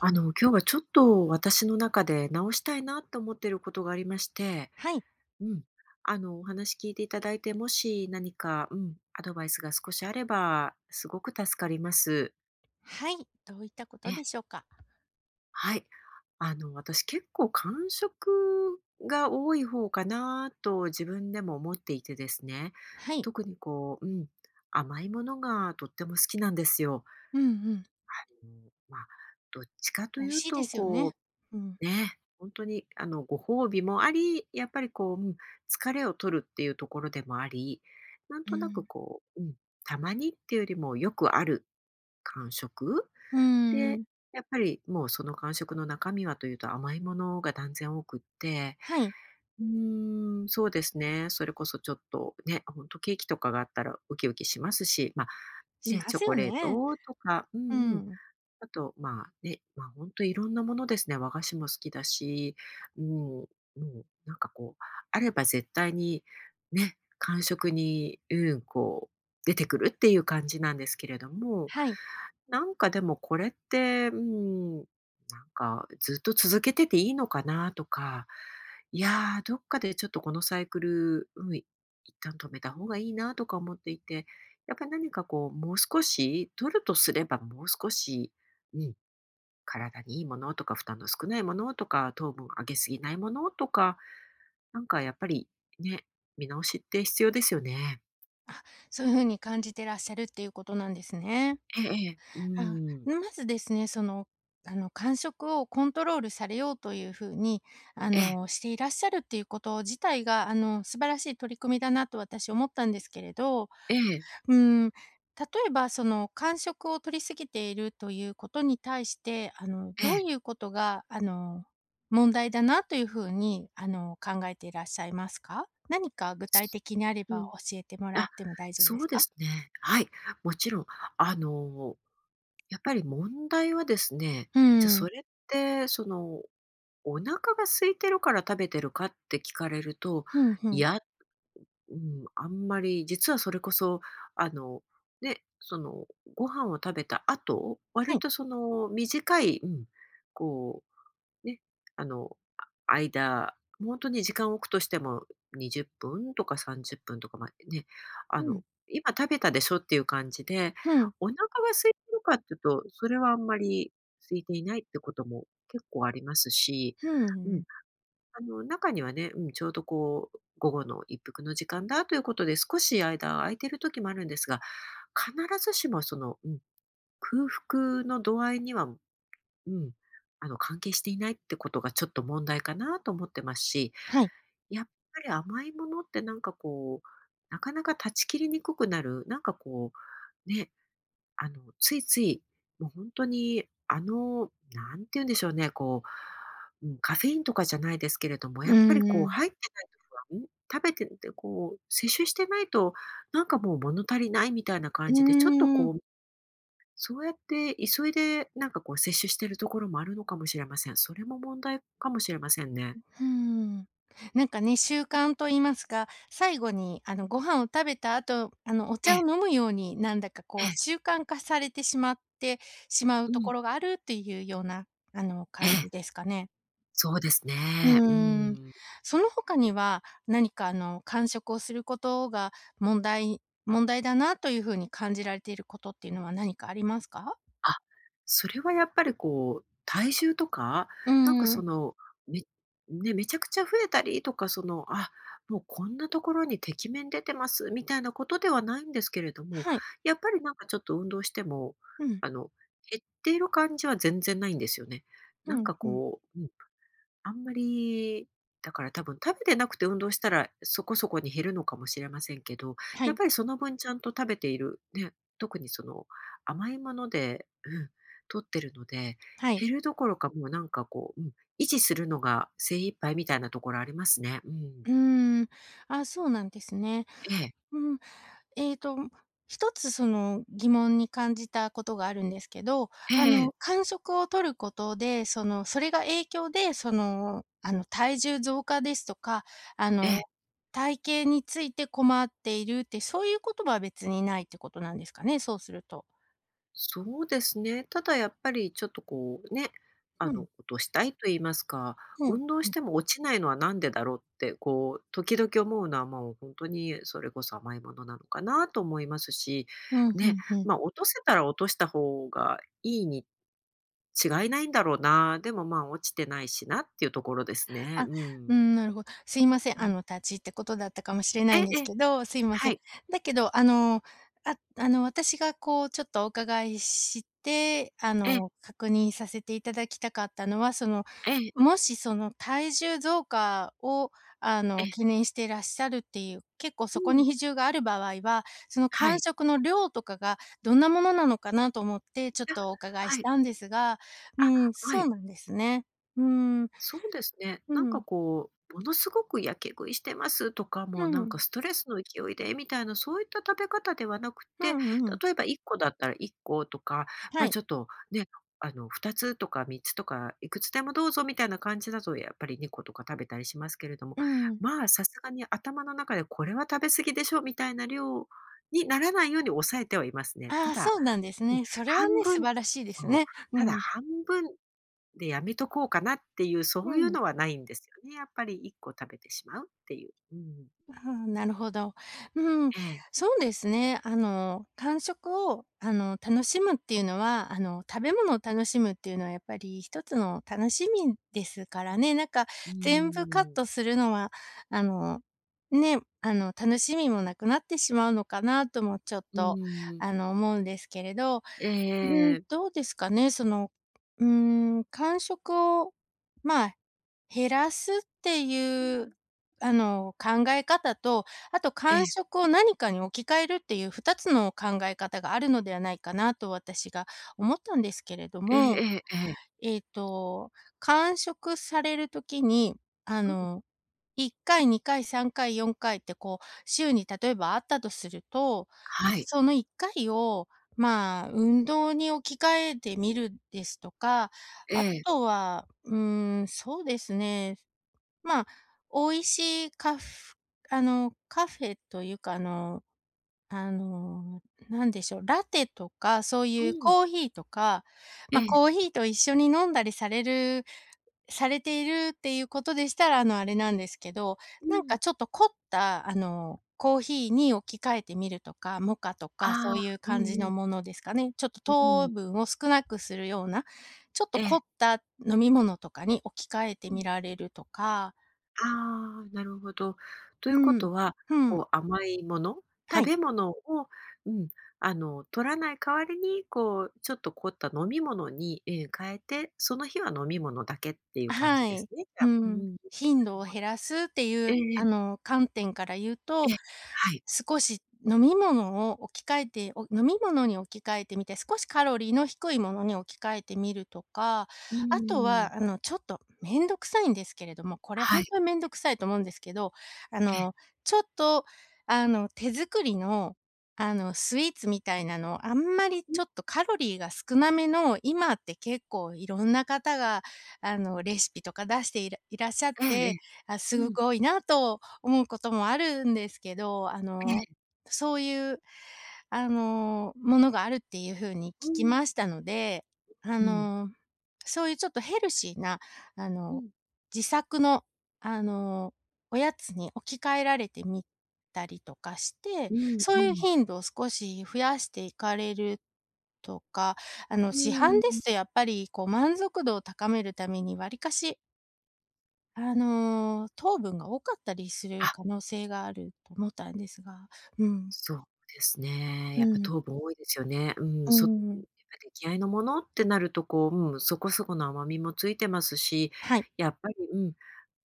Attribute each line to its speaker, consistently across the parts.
Speaker 1: 今日はちょっと私の中で直したいなと思ってることがありまして、
Speaker 2: はい。
Speaker 1: うん。お話聞いていただいて、もし何か、うん、アドバイスが少しあれば、すごく助かります。
Speaker 2: はい。どういったこ
Speaker 1: え、
Speaker 2: とでしょうか？
Speaker 1: はい。私結構間食が多い方かなと自分でも思っていてですね、
Speaker 2: はい。
Speaker 1: 特にこう、うん、甘いものがとっても好きなんですよ。
Speaker 2: うんうん。
Speaker 1: うん、まあ、どっちかと
Speaker 2: 美
Speaker 1: い
Speaker 2: 味
Speaker 1: う
Speaker 2: しいで
Speaker 1: と、
Speaker 2: すよね。
Speaker 1: こ
Speaker 2: うん。
Speaker 1: う、ね、ほんにご褒美もあり、やっぱりこう、うん、疲れを取るっていうところでもあり、なん
Speaker 2: う
Speaker 1: となく
Speaker 2: ん。
Speaker 1: こう、うん、たまにっていうよりもよくある感食
Speaker 2: うんうんう
Speaker 1: で、
Speaker 2: ん。
Speaker 1: やっぱりもうその感食の中身はというと甘いものが断然多くって、
Speaker 2: はい。
Speaker 1: うーん、そうですね。それこそちょっとね、ほんとケーキとかがあったらウキウキしますし、ま、
Speaker 2: し
Speaker 1: ね、
Speaker 2: ま
Speaker 1: チョ
Speaker 2: す
Speaker 1: コ
Speaker 2: よ
Speaker 1: レー
Speaker 2: ね。
Speaker 1: トとか、う
Speaker 2: う
Speaker 1: んうん、
Speaker 2: ん。
Speaker 1: あと、まあ、ね、まあ、本当いろんなものですね。和菓子も好きだし、うん、もうなんかこう、あれば絶対にね、感食に、うん、こう出てくるっていう感じなんですけれども、
Speaker 2: はい。
Speaker 1: なんかでもこれって、うん、なんかずっと続けてていいのかなとか、いやー、どっかでちょっとこのサイクル、うん、一旦止めた方がいいなとか思っていて、やっぱり何かこう、もう少し、取るとすればもう少し、うん、体にいいものとか、負担の少ないものとか、糖分上げすぎないものとか、なんかやっぱりね、見直しって必要ですよね。
Speaker 2: あ、そういう風に感じてらっしゃるっていうことなんですね。
Speaker 1: ええええ、う
Speaker 2: あ、
Speaker 1: ん。
Speaker 2: まずですね、間食をコントロールされようという風に、
Speaker 1: ええ、
Speaker 2: していらっしゃるっていうこと自体が、素晴らしい取り組みだなと私思ったんですけれど、
Speaker 1: ええ、
Speaker 2: うー例えばその間食を取りすぎているということに対して、
Speaker 1: え
Speaker 2: ど
Speaker 1: え。
Speaker 2: ういうことが、問題だなというふうに、考えていらっしゃいますか？何か具体的にあれ
Speaker 1: う
Speaker 2: ば
Speaker 1: ん。
Speaker 2: 教えてもらっ
Speaker 1: あ、
Speaker 2: ても大丈夫で
Speaker 1: そ
Speaker 2: す
Speaker 1: うで
Speaker 2: か？
Speaker 1: すね。はい、もちろん。あの、やっぱり問題はですね、
Speaker 2: う
Speaker 1: じゃ、そ
Speaker 2: ん、
Speaker 1: れって、その、お腹が空いてるから食べてるかって聞かれると、
Speaker 2: ふんふ
Speaker 1: い
Speaker 2: ん、
Speaker 1: や、うん、あんまり、実はそれこそ、あの、ね、その、ご飯を食べた後、
Speaker 2: は
Speaker 1: 割
Speaker 2: い、
Speaker 1: とその短い、うん、こう、ね、あの、あ間、本当に時間を置くとしても20分とか30分とか、ま、ね、あ
Speaker 2: うん、
Speaker 1: の、今食べたでしょっていう感じで、
Speaker 2: ふん、
Speaker 1: お腹が空いてるかっていうと、それはあんまり空いていないってことも結構ありますし、
Speaker 2: ふう
Speaker 1: うん。
Speaker 2: ん、
Speaker 1: 中にはね、うん、ちょうどこう、午後の一服の時間だということで、少し間空いてる時もあるんですが、必ずしもその、うん、空腹の度合いには、うん、関係していないってことがちょっと問題かなと思ってますし、
Speaker 2: はい、
Speaker 1: やっぱり甘いものってなんかこう、なかなか断ち切りにくくなる、なんかこう、ね、ついつい、もう本当に、なんて言うんでしょうね、こう、うん、カフェインとかじゃないですけれども、
Speaker 2: う
Speaker 1: や
Speaker 2: ー
Speaker 1: っぱりこう
Speaker 2: ん、
Speaker 1: 入ってないと不安、食べててこう、摂取してないと、なんかもう物足りないみたいな
Speaker 2: う
Speaker 1: 感
Speaker 2: ー
Speaker 1: じで、ちょっと
Speaker 2: ん。
Speaker 1: こう、そうやって急いでなんかこう摂取してるところもあるのかもしれません。それも問題かもしれませんね。
Speaker 2: うん。なんかね、習慣と言いますか、最後にご飯を食べた後、お
Speaker 1: ええ、
Speaker 2: 茶を飲むように、なんだか
Speaker 1: え
Speaker 2: こう
Speaker 1: え、
Speaker 2: 習慣化されてしまう
Speaker 1: う
Speaker 2: と
Speaker 1: ん、
Speaker 2: ころがあるっていうような、
Speaker 1: え
Speaker 2: 感
Speaker 1: え、
Speaker 2: じですかね。
Speaker 1: そうです
Speaker 2: う
Speaker 1: ね。う
Speaker 2: ーん。
Speaker 1: ん。
Speaker 2: その他には、何か間食をすることが問題だなというふうに感じられていることっていうのは何かありますか？
Speaker 1: あ、それはやっぱりこう、体重とか、
Speaker 2: うー
Speaker 1: なんかそ
Speaker 2: ん。
Speaker 1: の、め、ね、めちゃくちゃ増えたりとか、その、あ、もうこんなところにてきめん出てますみたいなことではないんですけれども、
Speaker 2: はい。
Speaker 1: やっぱりなんかちょっと運動しても、
Speaker 2: うん、
Speaker 1: あの、減っている感じは全然ないんですよね。
Speaker 2: う
Speaker 1: なん
Speaker 2: ん、
Speaker 1: か
Speaker 2: うん。
Speaker 1: こう、うん。あんまり、だから多分食べてなくて運動したら、そこそこに減るのかもしれませんけど、
Speaker 2: は
Speaker 1: やっ
Speaker 2: い、
Speaker 1: ぱりその分ちゃんと食べている、ね、特にその甘いもので、うん、摂ってるので、
Speaker 2: はい。
Speaker 1: 減るどころかもうなんかこう、うん、維持するのが精一杯みたいなところありますね。うん。
Speaker 2: うーん。あ、そうなんですね。
Speaker 1: ええ、
Speaker 2: うん。ええと、一つその疑問に感じたことがあるんですけど、
Speaker 1: ええ、
Speaker 2: 間食を取ることで、それが影響で、体重増加ですとか、あ
Speaker 1: ええ。
Speaker 2: の、体型について困っているって、そういうことは別にないってことなんですかね、そうすると。
Speaker 1: そうですね。ただやっぱりちょっとこうね、
Speaker 2: うん、
Speaker 1: 落としたいと言いますか、
Speaker 2: うん、
Speaker 1: 運動
Speaker 2: う
Speaker 1: し
Speaker 2: ん。
Speaker 1: ても落ちないのはなんでだろうって、こう、時々思うのはもう本当にそれこそ甘いものなのかなと思いますし、
Speaker 2: うん、ふ
Speaker 1: ね、
Speaker 2: んふん。
Speaker 1: ま、あ、落とせたら落とした方がいいに違いないんだろうな、でも、ま、あ、落ちてないしなっていうところですね。
Speaker 2: あ、
Speaker 1: う
Speaker 2: うー
Speaker 1: ん。
Speaker 2: ん、なるほすいませ
Speaker 1: う
Speaker 2: ん。
Speaker 1: ん。
Speaker 2: 立ち入ってことだったかもしれ
Speaker 1: え
Speaker 2: な
Speaker 1: え
Speaker 2: いんで
Speaker 1: え
Speaker 2: す
Speaker 1: え、
Speaker 2: けど、すいませ
Speaker 1: は
Speaker 2: ん。
Speaker 1: い。
Speaker 2: だけど、私がこう、ちょっとお伺いして、
Speaker 1: ええ、
Speaker 2: 確認させていただきたかったのは、
Speaker 1: ええ、
Speaker 2: もしその体重増加を、
Speaker 1: え
Speaker 2: 懸
Speaker 1: え。
Speaker 2: 念してらっしゃるっていう、結構
Speaker 1: う
Speaker 2: そこ
Speaker 1: ん。
Speaker 2: に比重がある場合は、その
Speaker 1: は
Speaker 2: 間
Speaker 1: い。
Speaker 2: 食の量とかがどんなものなのかなと思って、ちょっ
Speaker 1: あ、
Speaker 2: とお伺い
Speaker 1: は
Speaker 2: し
Speaker 1: い。
Speaker 2: たんですが、う
Speaker 1: あ、
Speaker 2: ん、
Speaker 1: は
Speaker 2: そ
Speaker 1: い。
Speaker 2: うなんですね。うーん、
Speaker 1: そうですね。
Speaker 2: う
Speaker 1: なんか
Speaker 2: ん。
Speaker 1: こう、ものすごくやけ食いしてますとか、も
Speaker 2: う
Speaker 1: うなんか
Speaker 2: ん。
Speaker 1: ストレスの勢いでみたいな、そういった食べ方ではなく
Speaker 2: う
Speaker 1: て、
Speaker 2: んうん。
Speaker 1: 例えば1個だったら1個とか、ま
Speaker 2: は
Speaker 1: あ
Speaker 2: い。
Speaker 1: ちょっとね、2つとか3つとか、いくつでもどうぞみたいな感じだと、やっぱり2個とか食べたりしますけれども、
Speaker 2: うん。
Speaker 1: まあさすがに頭の中でこれは食べ過ぎでしょみたいな量にならないように抑えてはいますね。た
Speaker 2: ああ、
Speaker 1: だ、
Speaker 2: そうなんです
Speaker 1: ね、
Speaker 2: ね。それは
Speaker 1: 半
Speaker 2: ね、素
Speaker 1: 分、
Speaker 2: 晴らしいで
Speaker 1: そ
Speaker 2: す
Speaker 1: う、
Speaker 2: ね。う
Speaker 1: ただ
Speaker 2: ん。
Speaker 1: 半分で、やめとこうかなっていう、そ
Speaker 2: う
Speaker 1: ういう
Speaker 2: ん。
Speaker 1: のはないんですよね。やっぱり1個食べてしまうっていう。うん。
Speaker 2: ああ、なるほど。うん。
Speaker 1: ええ。
Speaker 2: そうですね。間食を、楽しむっていうのは、食べ物を楽しむっていうのはやっぱり一つの楽しみですからね。なんか、
Speaker 1: うー
Speaker 2: 全部カッ
Speaker 1: ん。
Speaker 2: トするのは、あの、楽しみもなくなってしまうのかなともちょっ
Speaker 1: うー
Speaker 2: と、
Speaker 1: ん。
Speaker 2: 思うんですけれど。
Speaker 1: ええ
Speaker 2: うん、
Speaker 1: ええ。
Speaker 2: どうですかね、間食を、まあ、減らすって
Speaker 1: う
Speaker 2: いう、
Speaker 1: ん。
Speaker 2: 考え方と、あと
Speaker 1: え
Speaker 2: 間
Speaker 1: え。
Speaker 2: 食を何かに置き換えるっていう2つの考え方があるのではないかなと私が思ったんですけれど
Speaker 1: ええ
Speaker 2: も、
Speaker 1: ええええ。
Speaker 2: えっと、間食される時に、あ
Speaker 1: うん。
Speaker 2: の1回、2回、3回、4回ってこう、週に例えばあったとすると、
Speaker 1: はい。
Speaker 2: その1回を、まあ、運動に置き換えてみるですとか、
Speaker 1: え
Speaker 2: あ
Speaker 1: え。
Speaker 2: とは、そうですね、まあ、美味しいカフあの、カフェというか、あの、なんでしょう、ラテとか、そう
Speaker 1: う
Speaker 2: いう
Speaker 1: ん。
Speaker 2: コーヒーとか、
Speaker 1: え
Speaker 2: ま、
Speaker 1: え。
Speaker 2: コーヒーと一緒に飲んだりされているっていうことでしたら、あれなんですけど、
Speaker 1: う
Speaker 2: なん
Speaker 1: ん。
Speaker 2: かちょっと凝った、コーヒーに置き換えてみるとか、モカとか
Speaker 1: あ
Speaker 2: そう
Speaker 1: あ、
Speaker 2: いう
Speaker 1: う
Speaker 2: 感じ
Speaker 1: んう
Speaker 2: の
Speaker 1: ん。
Speaker 2: ものですかね。ちょっと
Speaker 1: う
Speaker 2: 糖
Speaker 1: ん。
Speaker 2: 分を少なくするような、ちょっと
Speaker 1: え
Speaker 2: 凝っ
Speaker 1: え。
Speaker 2: た飲み物とかに置き換えて
Speaker 1: うん。
Speaker 2: みられるとか、
Speaker 1: ああ、なるほど。とい
Speaker 2: う
Speaker 1: うこ
Speaker 2: ん、
Speaker 1: とは、
Speaker 2: うん、
Speaker 1: こう、甘いもの、
Speaker 2: は
Speaker 1: 食
Speaker 2: い。
Speaker 1: べ物を、うん、取らない代わりに、こう、ちょっと凝った飲み物に、ええ、変えて、その日は飲み物だけっていう感じ
Speaker 2: は
Speaker 1: です
Speaker 2: い。
Speaker 1: ね、じゃあ。
Speaker 2: う
Speaker 1: う
Speaker 2: ん。
Speaker 1: ん、な
Speaker 2: 頻
Speaker 1: る
Speaker 2: 度を
Speaker 1: ほど。
Speaker 2: 減らすってい
Speaker 1: ええ
Speaker 2: う、
Speaker 1: ええ、
Speaker 2: 観点から言う
Speaker 1: え
Speaker 2: と、
Speaker 1: え、はい。
Speaker 2: 少し飲み物を置き換えてお飲み物に置き換えてみて、少しカロリーの低いものに置き換えてみるとか、
Speaker 1: う
Speaker 2: あと
Speaker 1: ーん、
Speaker 2: は、ちょっとめんどくさいんですけれども、これ
Speaker 1: は
Speaker 2: 本
Speaker 1: い、
Speaker 2: 当にめんどくさいと思うんですけど、あ
Speaker 1: ええ、
Speaker 2: の、ちょっと、あの、手作りの、スイーツみたいなのをあんまり
Speaker 1: うん、
Speaker 2: ちょっとカロリーが少なめの、今って結構いろんな方がレシピとか出していらいらっしゃっ
Speaker 1: えええ
Speaker 2: て、
Speaker 1: え、
Speaker 2: あ、
Speaker 1: う
Speaker 2: すご
Speaker 1: ん、
Speaker 2: く多いなと思うこともあるんですけど、
Speaker 1: ええ、
Speaker 2: そういう、ものがあるっていう風に
Speaker 1: う
Speaker 2: 聞き
Speaker 1: ん、
Speaker 2: ましたので、あ
Speaker 1: うん、
Speaker 2: の、そういうちょっとヘルシーな、あ
Speaker 1: う
Speaker 2: の、
Speaker 1: ん、
Speaker 2: 自作の、あの、おやつに置き換えられてみたりとかして、
Speaker 1: うん
Speaker 2: そ
Speaker 1: う
Speaker 2: ういう
Speaker 1: ん、
Speaker 2: 頻度を少し増やしていかれるとか、
Speaker 1: う
Speaker 2: 市
Speaker 1: ー
Speaker 2: 販で
Speaker 1: ん。
Speaker 2: すとやっぱりこう満足度を高めるためにわりかし、糖分が多かったりする
Speaker 1: あ、
Speaker 2: 可能性があると思ったんですが、うん、
Speaker 1: そうですね。
Speaker 2: う
Speaker 1: やっぱ
Speaker 2: ん、
Speaker 1: 糖分多いですよね。うん、
Speaker 2: う
Speaker 1: そ、やっ
Speaker 2: ん、
Speaker 1: ぱ出来合いのものってなると、こう、うん、そこそこの甘みもついてますし、
Speaker 2: はい。
Speaker 1: やっぱり、うん、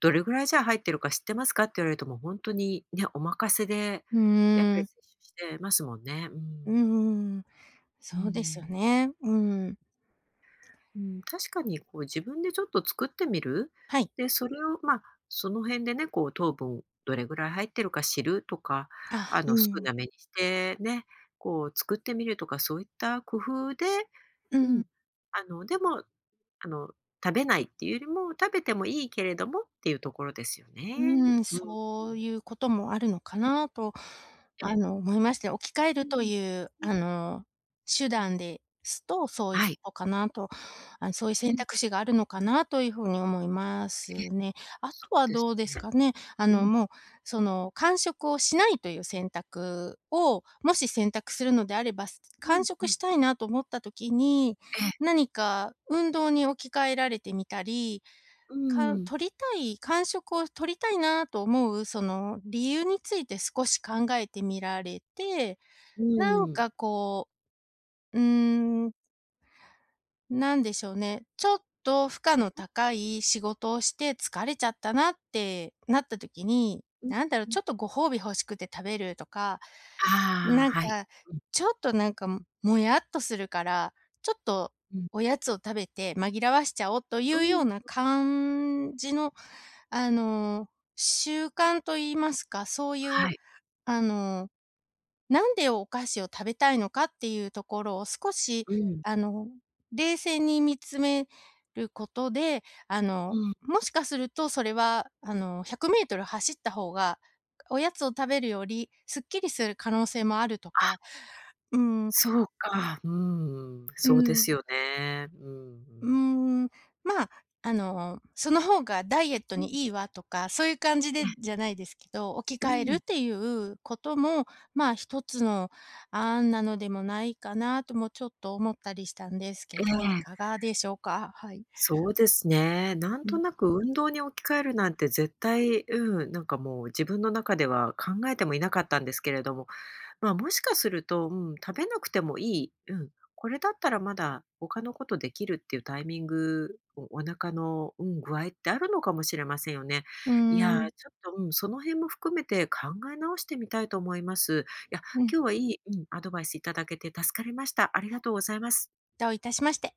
Speaker 1: どれぐらいじゃあ入ってるか知ってますかって言われると、もうほに、ね、お任せで
Speaker 2: うー
Speaker 1: やっぱり
Speaker 2: ん、
Speaker 1: 摂取してますもんね。う
Speaker 2: う
Speaker 1: ん。
Speaker 2: ーん、
Speaker 1: う
Speaker 2: そうですよ
Speaker 1: ん。
Speaker 2: ね。うん。
Speaker 1: うん、確かにこう自分でちょっと作ってみる。
Speaker 2: はい。
Speaker 1: で、それを、まあ、その辺でね、こう糖分どれぐらい入ってるか知るとか、
Speaker 2: あ、う
Speaker 1: 少
Speaker 2: ん、
Speaker 1: なめにしてね、こう作ってみるとか、そういった工夫で、
Speaker 2: う
Speaker 1: う
Speaker 2: ん。
Speaker 1: ん、でも、あの、食べないっていうよりも、食べてもいいけれどもっていうところですよ
Speaker 2: う
Speaker 1: ね。
Speaker 2: ーん、
Speaker 1: うん、
Speaker 2: そういうこともあるのかなと、
Speaker 1: ええ、
Speaker 2: 思いまして、置き換え
Speaker 1: う
Speaker 2: ると
Speaker 1: ん、
Speaker 2: いう、手段ですと、そういう
Speaker 1: はい。
Speaker 2: ことかなと、あ、そういう
Speaker 1: う
Speaker 2: 選
Speaker 1: ん、
Speaker 2: 択肢があるのかなというふうに思いますね。あ
Speaker 1: そ
Speaker 2: と
Speaker 1: う
Speaker 2: は
Speaker 1: です
Speaker 2: どうで
Speaker 1: ね。
Speaker 2: すかね。
Speaker 1: うん、
Speaker 2: その、間食をしないという選択を、もし選択するのであれば、
Speaker 1: う
Speaker 2: 間
Speaker 1: ん、う
Speaker 2: 食
Speaker 1: ん。
Speaker 2: したいなと思った時に、
Speaker 1: ええ、
Speaker 2: 何か運動に置き換えられてみたり
Speaker 1: う
Speaker 2: か
Speaker 1: ん、
Speaker 2: 取りたい感触を取りたいなと思う、その理由について少し考えてみられて、
Speaker 1: う
Speaker 2: な
Speaker 1: ん、
Speaker 2: ん
Speaker 1: うん、
Speaker 2: かこう、うーん、なんでしょうね、ちょっと負荷の高い仕事をして疲れちゃったなってなった時に、
Speaker 1: うん。
Speaker 2: なんだろう、ちょっとご褒美欲しくて食べるとか、
Speaker 1: ああ、
Speaker 2: なん
Speaker 1: はい。
Speaker 2: か、ちょっとなんかももやっとするから、ちょっと
Speaker 1: うん、うん。
Speaker 2: おやつを食べて紛らわしちゃおうとい
Speaker 1: う
Speaker 2: うよう
Speaker 1: ん。
Speaker 2: な感じの、あの、習慣と言いますか、そういう、
Speaker 1: はい。
Speaker 2: あの、なんでお菓子を食べたいのかっていうところを少し、
Speaker 1: うん。
Speaker 2: あの、冷静に見つめることで、
Speaker 1: うん。
Speaker 2: もしかするとそれは、100ル走った方が、おやつを食べるよりすっきりする可能性もあるとか、
Speaker 1: あ、
Speaker 2: うん、
Speaker 1: そうか。うん、
Speaker 2: う
Speaker 1: そうで
Speaker 2: ん。
Speaker 1: すよね。うん、う
Speaker 2: う
Speaker 1: ん。
Speaker 2: ーん、まあ、その方がダイエット
Speaker 1: うん、
Speaker 2: にいいわとか、そういう感じ
Speaker 1: え
Speaker 2: で
Speaker 1: え、
Speaker 2: じゃないですけど、置き
Speaker 1: う
Speaker 2: 換える
Speaker 1: ん、
Speaker 2: っていうことも、まあ、一つの案なのでもないかなともちょっと思ったりしたんです
Speaker 1: え
Speaker 2: けど、い
Speaker 1: え、
Speaker 2: かがでしょうか？はい。
Speaker 1: そうですね。なん
Speaker 2: う
Speaker 1: と
Speaker 2: ん。
Speaker 1: なく運動に置き換えるなんて絶対、うん、なんかもう自分の中では考えてもいなかったんですけれども、まあ、もしかすると、うん、食べなくてもいい、うん、これだったらまだ他のことできるっていうタイミング、お、お腹の、うん、具合ってあるのかもしれませんよね。
Speaker 2: うー
Speaker 1: いや
Speaker 2: ん、
Speaker 1: ー、ちょっと、うん、その辺も含めて考え直してみたいと思います。いや、
Speaker 2: うん、
Speaker 1: 今日はいい、うん、アドバイスいただけて助かりました。ありがとうございます。
Speaker 2: どういたしまして。